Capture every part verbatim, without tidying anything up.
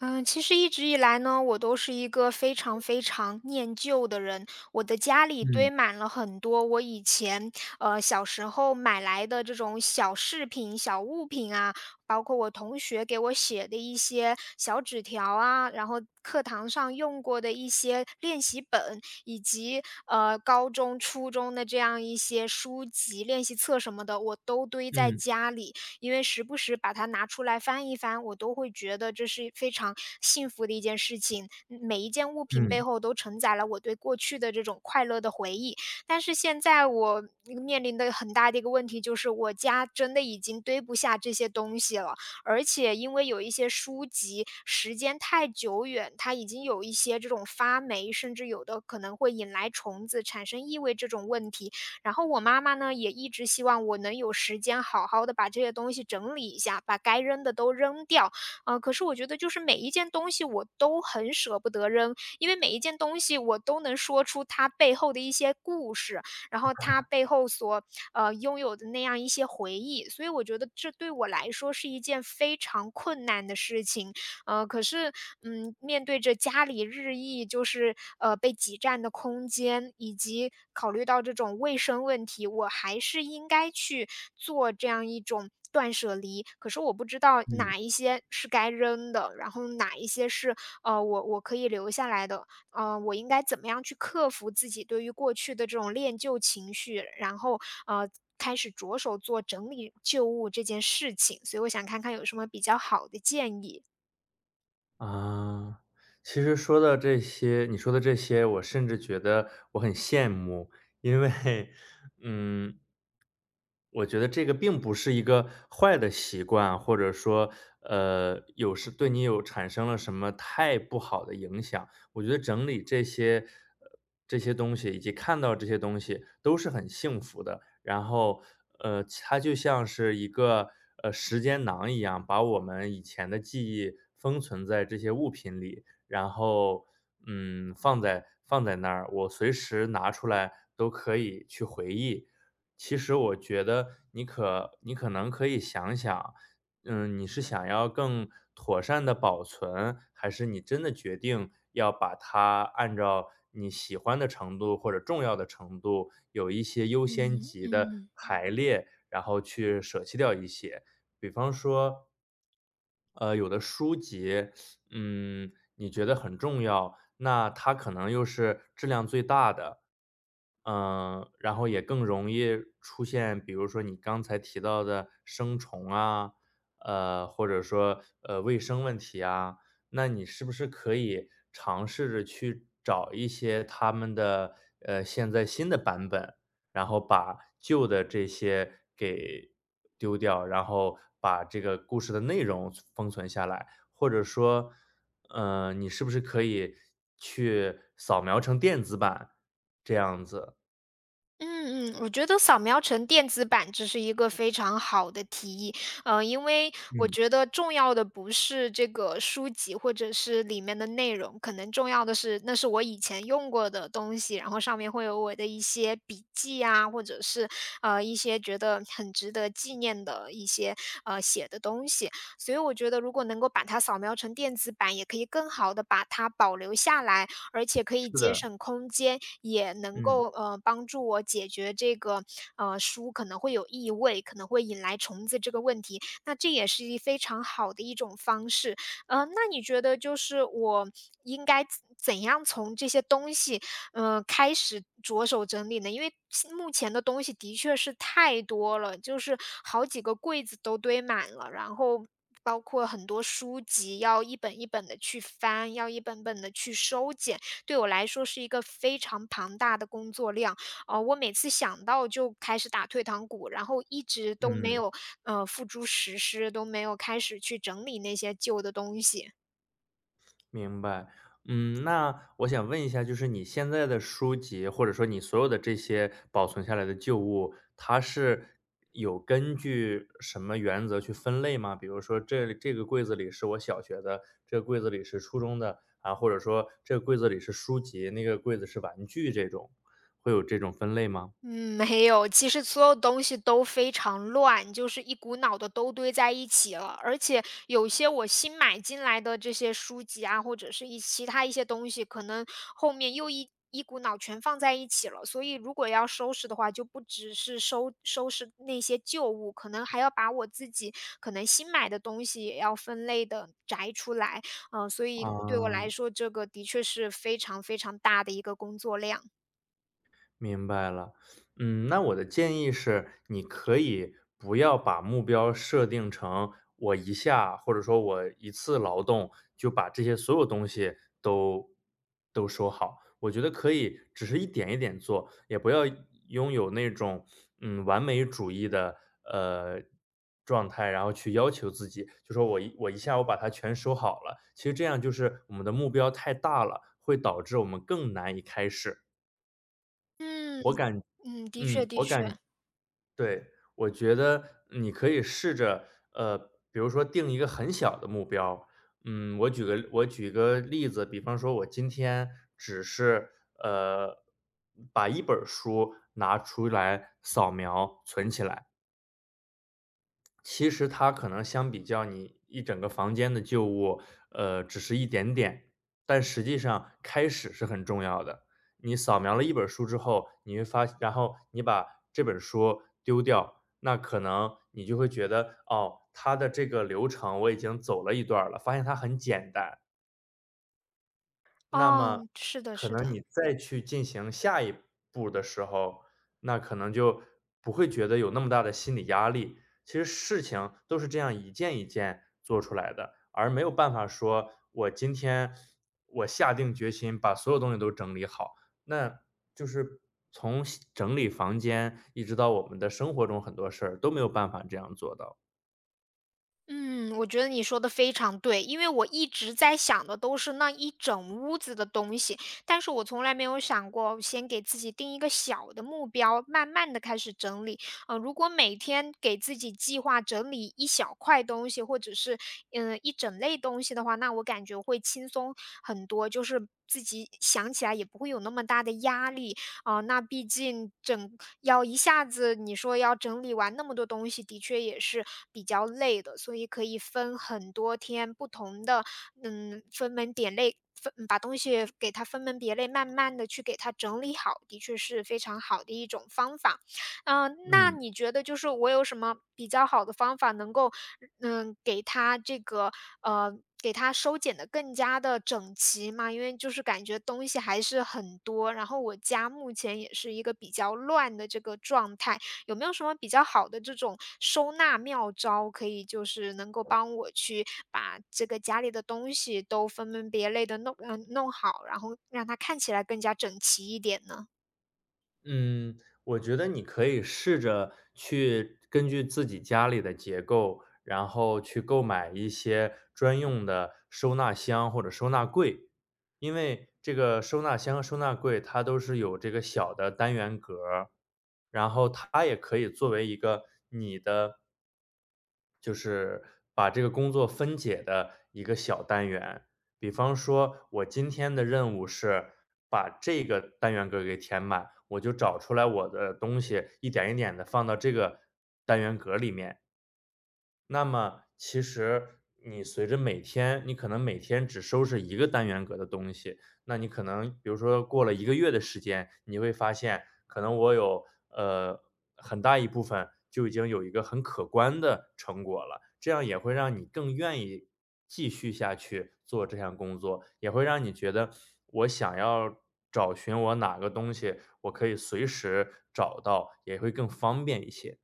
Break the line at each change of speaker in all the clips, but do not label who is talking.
嗯，其实一直以来呢，我都是一个非常非常念旧的人。我的家里
嗯
堆满了很多我以前呃小时候买来的这种小饰品、小物品啊，包括我同学给我写的一些小纸条啊，然后课堂上用过的一些练习本，以及呃高中、初中的这样一些书籍、练习册什么的，我都堆在
嗯
家里。因为时不时把它拿出来翻一翻，我都会觉得这是非常幸福的一件事情。嗯每一件物品背
嗯
后都承载了我对过去的这种快乐的回忆。但是现在我嗯面临的很大的一个问题就是，我家真的已经堆不下这些东西了，而且因为有一些书籍时间太久远，它已经有一些这种发霉，甚至有的可能会引来虫子，产生异味这种问题。然后我妈妈呢，也一直希望我能有时间好好的把这些东西整理一下，把该扔的都扔掉。呃，可是我觉得就是每一件东西我都很舍不得扔，因为每一件东西我都能说出它背后的一些故事，然后它背后所，呃，拥有的那样一些回忆，所以我觉得这对我来说是一件非常困难的事情。呃，可是，嗯，面对着家里日益就是呃被挤占的空间，以及考虑到这种卫生问题，我还是应该去做这样一种断舍离。可是我不知道
嗯，
哪一些是该扔的，然后哪一些是呃我我可以留下来的。呃，我应该怎么样去克服自己对于过去的这种恋旧情绪，然后呃。开始着手做整理旧物这件事情，所以我想看看有什么比较好的建议。
啊，其实说到这些你说的这些，我甚至觉得我很羡慕，因为，嗯，我觉得这个并不是一个坏的习惯，或者说，呃，有是对你有产生了什么太不好的影响。我觉得整理这些，呃，这些东西以及看到这些东西都是很幸福的。然后，呃，它就像是一个呃时间囊一样，把我们以前的记忆封存在这些物品里，然后，嗯，放在放在那儿，我随时拿出来都可以去回忆。其实我觉得你可你可能可以想想，嗯，你是想要更妥善的保存，还是你真的决定要把它按照你喜欢的程度或者重要的程度，有一些优先
嗯嗯
级的
嗯。
排列，然后去舍弃掉一些。比方说，呃，有的书籍，嗯，你觉得很重要，那它可能又是质量最大的，嗯，然后也更容易出现，比如说你刚才提到的生虫啊，呃，或者说呃卫生问题啊，那你是不是可以尝试着去找一些他们的呃现在新的版本，然后把旧的这些给丢掉，然后把这个故事的内容封存下来？或者说，呃，你是不是可以去扫描成电子版，这样子。
嗯，我觉得扫描成电子版这是一个非常好的提议。呃，因为我
嗯，
觉得重要的不是这个书籍或者是里面的内容，可能重要的是那是我以前用过的东西，然后上面会有我的一些笔记啊，或者是呃一些觉得很值得纪念的一些呃写的东西，所以我觉得如果能够把它扫描成电子版，也可以更好的把它保留下来。而且可
是
以节
的，
省空间，也能
嗯，
够呃帮助我解决这个呃书可能会有异味，可能会引来虫子这个问题。那这也是一非常好的一种方式。呃，那你觉得就是我应该怎怎样从这些东西嗯开始着手整理呢？因为现目前的东西的确是太多了，就是好几个柜子都堆满了，然后包括很多书籍要一本一本的去翻，要一本本的去收捡。对我来说是一个非常庞大的工作量。呃，我每次想到就开始打退堂鼓，然后一直都没
嗯，
有，呃，付诸实施，都没有开始去整理那些旧的东西。
明白。嗯，那我想问一下，就是你现在的书籍，或者说你所有的这些保存下来的旧物，它是有根据什么原则去分类吗？比如说这这个柜子里是我小学的，这个柜子里是初中的，啊，或者说这个柜子里是书籍，那个柜子是玩具这种，会有这种分类吗？
嗯，没有。其实所有东西都非常乱，就是一股脑的都堆在一起了。而且有些我新买进来的这些书籍啊，或者是一其他一些东西，可能后面又一一股脑全放在一起了。所以如果要收拾的话，就不只是收收拾那些旧物，可能还要把我自己可能新买的东西也要分类的摘出来。嗯、所以对我
哦，
来说，这个的确是非常非常大的一个工作量。
明白了。嗯，那我的建议是，你可以不要把目标设定成我一下，或者说我一次劳动就把这些所有东西都都收好。我觉得可以，只是一点一点做，也不要拥有那种嗯完美主义的呃状态，然后去要求自己，就说我一我一下我把它全收好了。其实这样就是我们的目标太大了，会导致我们更难以开始。
嗯，
我感
嗯，的
嗯，
确的
我
确。
感对，我觉得你可以试着，呃，比如说定一个很小的目标。嗯，我举个我举个例子，比方说我今天只是，呃，把一本儿书拿出来扫描存起来。其实它可能相比较你一整个房间的旧物，呃，只是一点点，但实际上开始是很重要的。你扫描了一本书之后，你会发然后你把这本书丢掉，那可能你就会觉得，哦，它的这个流程我已经走了一段儿了，发现它很简单。那么
哦，是的
可
是
能
的。
你再去进行下一步的时候，那可能就不会觉得有那么大的心理压力。其实事情都是这样一件一件做出来的，而没有办法说我今天我下定决心把所有东西都整理好，那就是从西整理房间一直到我们的生活中很多事儿都没有办法这样做到。
嗯，我觉得你说的非常对，因为我一直在想的都是那一整屋子的东西，但是我从来没有想过先给自己定一个小的目标，慢慢的开始整理。呃，如果每天给自己计划整理一小块东西，或者是，嗯，呃一整类东西的话，那我感觉会轻松很多，就是自己想起来也不会有那么大的压力。啊，那毕竟整要一下子你说要整理完那么多东西，的确也是比较累的，所以可以分很多天不同的，嗯，分门点类，分把东西给它分门别类，慢慢的去给它整理好，的确是非常好的一种方法。嗯，那
嗯。
你觉得就是我有什么比较好的方法能够，嗯，给它这个呃，给它收捡的更加的整齐吗？因为就是感觉东西还是很多，然后我家目前也是一个比较乱的这个状态，有没有什么比较好的这种收纳妙招，可以就是能够帮我去把这个家里的东西都分门别类的弄嗯呃弄好，然后让它看起来更加整齐一点呢？
嗯，我觉得你可以试着去根据自己家里的结构，然后去购买一些专用的收纳箱或者收纳柜。因为这个收纳箱、收纳柜，它都是有这个小的单元格儿然后它也可以作为一个就是把这个工作分解的一个小单元。比方说，我今天的任务是把这个单元格给填满，我就找出来我的东西，一点一点的放到这个单元格里面。那么其实你随着每天你可能每天只收拾一个单元格的东西，那你可能比如说过了一个月的时间，你会发现可能我有，呃，很大一部分就已经有一个很可观的成果了。这样也会让你更愿意继续下去做这项工作，也会让你觉得我想要找寻我哪个东西，我可以随时找到，也会更方便一些。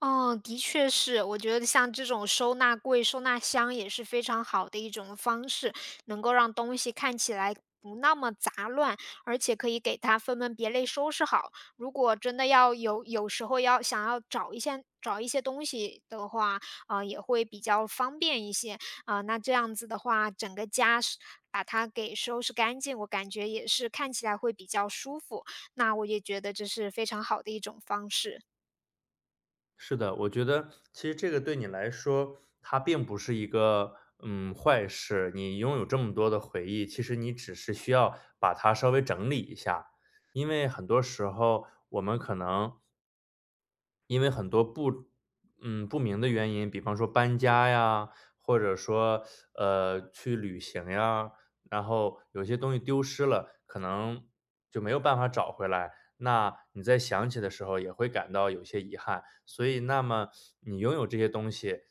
哦，的确是，我觉得像这种收纳柜、收纳箱也是非常好的一种方式，能够让东西看起来不那么杂乱，而且可以给它分门别类收拾好。如果真的要有有时候要想要找一些找一些东西的话，啊，也会比较方便一些。啊，那这样子的话，整个家是把它给收拾干净，我感觉也是看起来会比较舒服。那我也觉得这是非常好的一种方式。
是的，我觉得其实这个对你来说，它并不是一个嗯坏事。你拥有这么多的回忆，其实你只是需要把它稍微整理一下，因为很多时候我们可能因为很多不嗯，不明的原因，比方说搬家呀，或者说，呃，去旅行呀，然后有些东西丢失了，可能就没有办法找回来。那你在想起的时候也会感到有些遗憾，所以那么你拥有这些东西，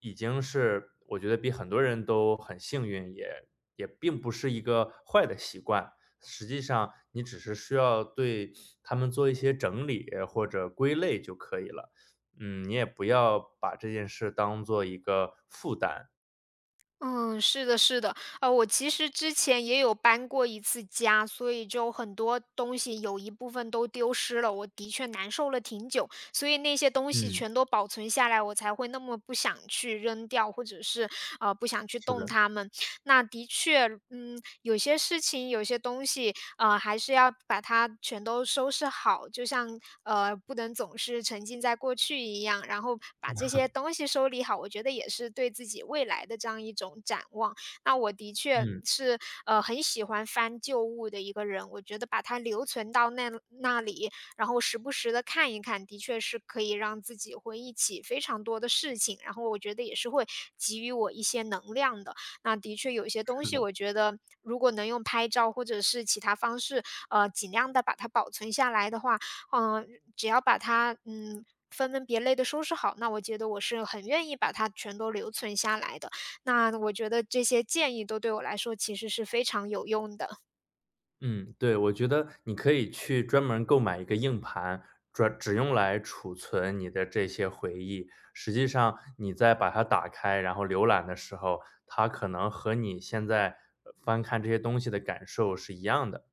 已经是我觉得比很多人都很幸运，也也并不是一个坏的习惯。实际上你只是需要对它们做一些整理或者归类就可以了。嗯，你也不要把这件事当做一个负担。
嗯，是的，是的，呃，我其实之前也有搬过一次家，所以就很多东西有一部分都丢失了，我的确难受了挺久，所以那些东西
嗯，
全都保存下来，我才会那么不想去扔掉，或者是呃不想去
是
动
的，
它们。那的确，嗯，有些事情、有些东西，呃，还是要把它全都收拾好，就像呃，不能总是沉浸在过去一样，然后把这些东西收理好，我觉得也是对自己未来的这样一种展望。那我的确
嗯，
是呃很喜欢翻旧物的一个人，我觉得把它留存到那那里，然后时不时的看一看，的确是可以让自己回忆起非常多的事情，然后我觉得也是会给予我一些能量的。那的确有一些东西，我觉得如果能用拍照或者是其他方式，呃，尽量的把它保存下来的话，嗯，只要把它，嗯，分门别类的收拾好，那我觉得我是很愿意把它全都留存下来的。那我觉得这些建议都对我来说其实是非常有用的。
嗯，对，我觉得你可以去专门购买一个硬盘，专只用来储存你的这些回忆。实际上你在把它打开，然后浏览的时候，它可能和你现在，呃翻看这些东西的感受是一样的。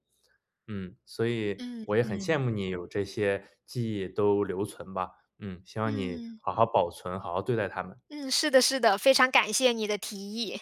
嗯，所以
嗯。
我也很羡
嗯。
慕你有这些记忆都留存吧，嗯，希望你
嗯，
好好保存，好好对待它们。
嗯，是的是的，非常感谢你的提议。